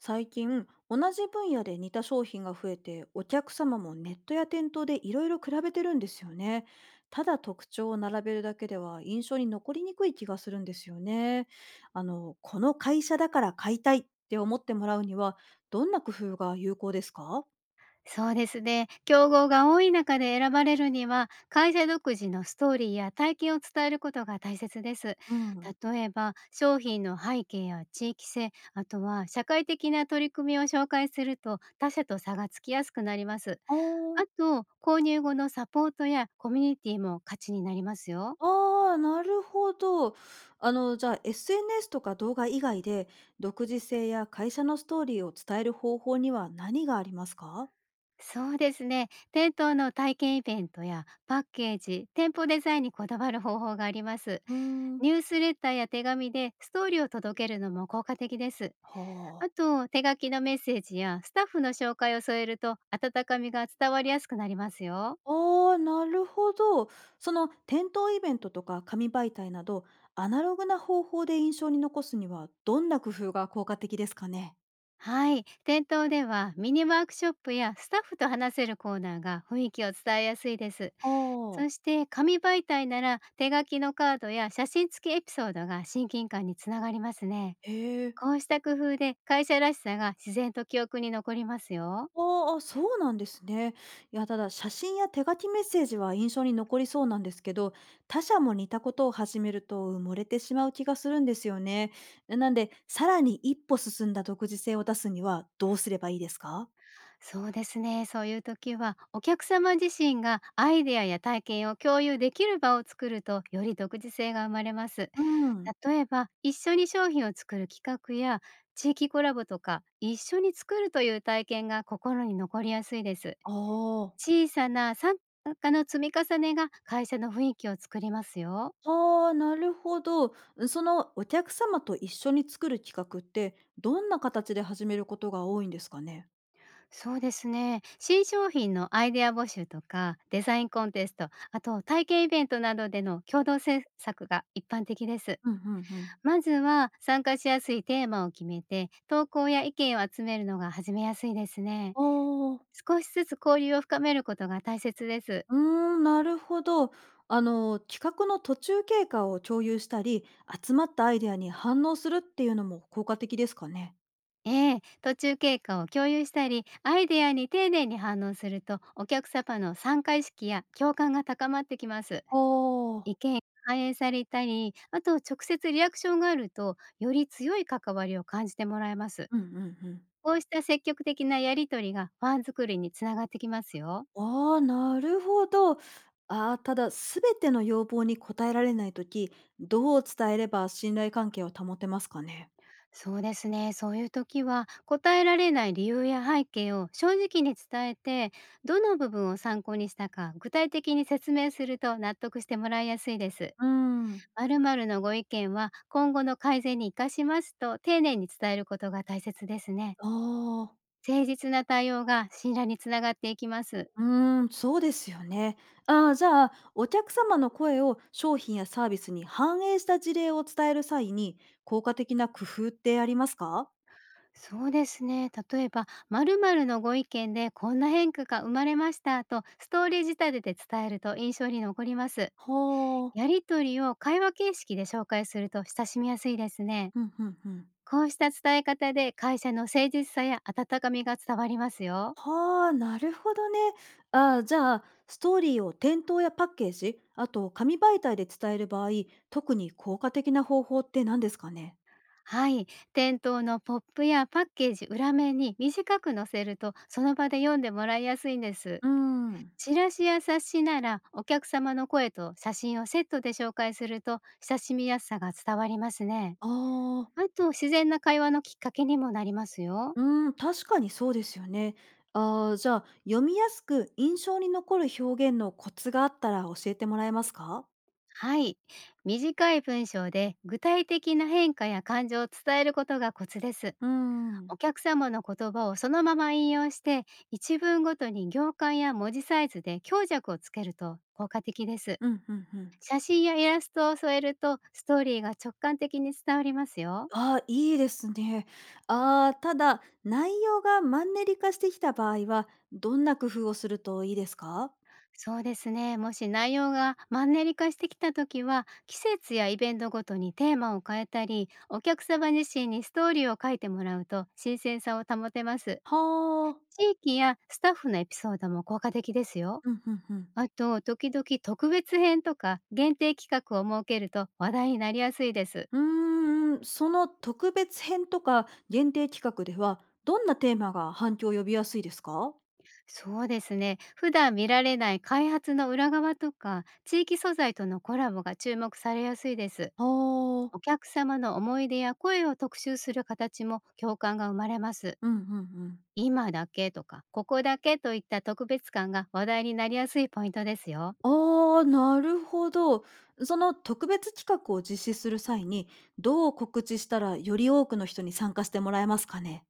最近同じ分野で似た商品が増えて、お客様もネットや店頭でいろいろ比べてるんですよね。ただ特徴を並べるだけでは印象に残りにくい気がするんですよね。この会社だから買いたいって思ってもらうには、どんな工夫が有効ですか？そうですね。競合が多い中で選ばれるには、会社独自のストーリーや体験を伝えることが大切です。うん。例えば、商品の背景や地域性、あとは社会的な取り組みを紹介すると、他社と差がつきやすくなります。ああー。と、購入後のサポートやコミュニティも価値になりますよ。あー、なるほど。じゃあ SNS とか動画以外で、独自性や会社のストーリーを伝える方法には何がありますか？そうですね。店頭の体験イベントやパッケージ、店舗デザインにこだわる方法があります。うーん。ニュースレターや手紙でストーリーを届けるのも効果的です。はああ。と、手書きのメッセージやスタッフの紹介を添えると温かみが伝わりやすくなりますよ。ああ、なるほど。その店頭イベントとか紙媒体など、アナログな方法で印象に残すには、どんな工夫が効果的ですかね？はい。店頭ではミニワークショップやスタッフと話せるコーナーが雰囲気を伝えやすいです。あそあ、して、紙媒体なら手書きのカードや写真付きエピソードが親近感につながりますね。へえ。こうした工夫で会社らしさが自然と記憶に残りますよ。ああ、そうなんですね。いや、ただ写真や手書きメッセージは印象に残りそうなんですけど、他社も似たことを始めると埋もれてしまう気がするんですよね。なんで、さらに一歩進んだ独自性を出すにはどうすればいいですか？そうですね。そういう時は、お客様自身がアイデアや体験を共有できる場を作るとより独自性が生まれます。うん。例えば、一緒に商品を作る企画や、地域コラボとか一緒に作るという体験が心に残りやすいです。ああ。小さな参加の積み重ねが会社の雰囲気を作りますよ。ああ、なるほど。そのお客様と一緒に作る企画って、どんな形で始めることが多いんですかね？そうですね。新商品のアイデア募集とか、デザインコンテスト、あと体験イベントなどでの共同制作が一般的です。うんうんうん。まずは参加しやすいテーマを決めて、投稿や意見を集めるのが始めやすいですね。ああ、少しずつ交流を深めることが大切です。うーん、なるほど。あの、企画の途中経過を共有したり、集まったアイデアに反応するっていうのも効果的ですかね？ええ、途中経過を共有したり、アイデアに丁寧に反応すると、お客様の参加意識や共感が高まってきます。ああ。意見が反映されたり、あと直接リアクションがあると、より強い関わりを感じてもらえます。うんうんうん。こうした積極的なやりとりがファン作りにつながってきますよ。ああ、なるほど。ああ、ただ全ての要望に応えられないとき、どう伝えれば信頼関係を保てますかね？そうですね。そういう時は、答えられない理由や背景を正直に伝えて、どの部分を参考にしたか具体的に説明すると納得してもらいやすいです。うん。〇〇のご意見は今後の改善に生かします、と丁寧に伝えることが大切ですね。ああ、誠実な対応が信頼につながっていきます。うーん、そうですよね。ああ、じゃあ、お客様の声を商品やサービスに反映した事例を伝える際に、効果的な工夫ってありますか？そうですね。例えば、〇〇のご意見でこんな変化が生まれました、とストーリー仕立てて伝えると印象に残ります。はあ、やりとりを会話形式で紹介すると親しみやすいですね。ふんふんふん。こうした伝え方で会社の誠実さや温かみが伝わりますよ。はあ、なるほどね。ああ、じゃあ、ストーリーを店頭やパッケージ、あと紙媒体で伝える場合、特に効果的な方法って何ですかね？はい。店頭のポップやパッケージ裏面に短く載せると、その場で読んでもらいやすいんです。うーん。チラシや冊子ならお客様の声と写真をセットで紹介すると、親しみやすさが伝わりますね。ああ。あと、自然な会話のきっかけにもなりますよ。うーん、確かにそうですよね。ああ、じゃあ、読みやすく印象に残る表現のコツがあったら教えてもらえますか？はい。短い文章で具体的な変化や感情を伝えることがコツです。うーおん。客様の言葉をそのまま引用して、一文ごとに行間や文字サイズで強弱をつけると効果的です。うん、うんうん。写真やイラストを添えるとストーリーが直感的に伝わりますよ。ああ、いいですね。ああ、ただ、内容がマンネリ化してきた場合は、どんな工夫をするといいですか？そうですね。もし内容がマンネリ化してきた時は、季節やイベントごとにテーマを変えたり、お客様自身にストーリーを書いてもらうと新鮮さを保てます。はあ。地域やスタッフのエピソードも効果的ですよ。うん、うんうん。あと、時々特別編とか限定企画を設けると話題になりやすいです。うーん、その特別編とか限定企画では、どんなテーマが反響を呼びやすいですか？そうですね。普段見られない開発の裏側とか、地域素材とのコラボが注目されやすいです。ああー。お客様の思い出や声を特集する形も共感が生まれます。うんうんうん。今だけとか、ここだけといった特別感が話題になりやすいポイントですよ。ああ、なるほど。その特別企画を実施する際に、どう告知したらより多くの人に参加してもらえますかね？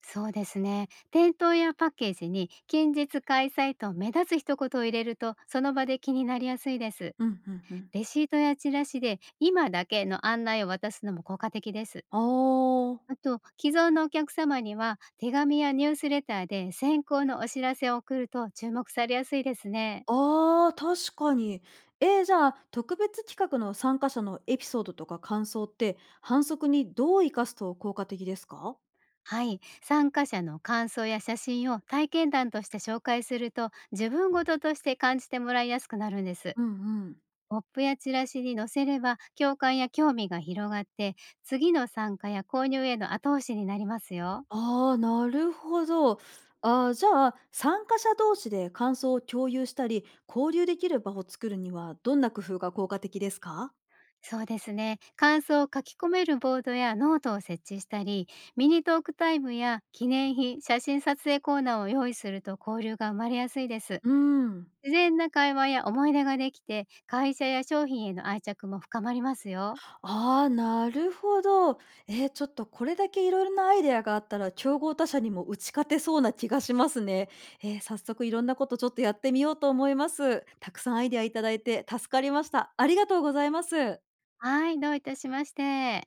そうですね。店頭やパッケージに近日開催と目立つ一言を入れると、その場で気になりやすいです。うんうんうん。レシートやチラシで今だけの案内を渡すのも効果的です。ああ、あと、既存のお客様には手紙やニュースレターで先行のお知らせを送ると注目されやすいですね。ああ、確かに。じゃあ、特別企画の参加者のエピソードとか感想って、反則にどう生かすと効果的ですか？はい、参加者の感想や写真を体験談として紹介すると、自分ごととして感じてもらいやすくなるんです。うんうん。ポップやチラシに載せれば共感や興味が広がって、次の参加や購入への後押しになりますよ。ああ、なるほど。あーじゃあ、参加者同士で感想を共有したり、交流できる場を作るには、どんな工夫が効果的ですか？そうですね、感想を書き込めるボードやノートを設置したり、ミニトークタイムや記念品写真撮影コーナーを用意すると交流が生まれやすいです。うん。自然な会話や思い出ができて、会社や商品への愛着も深まりますよ。ああ、なるほど。ちょっとこれだけいろいろなアイデアがあったら、競合他社にも打ち勝てそうな気がしますね。早速いろんなことちょっとやってみようと思います。たくさんアイデアいただいて助かりました。ありがとうございます。はい、どういたしまして。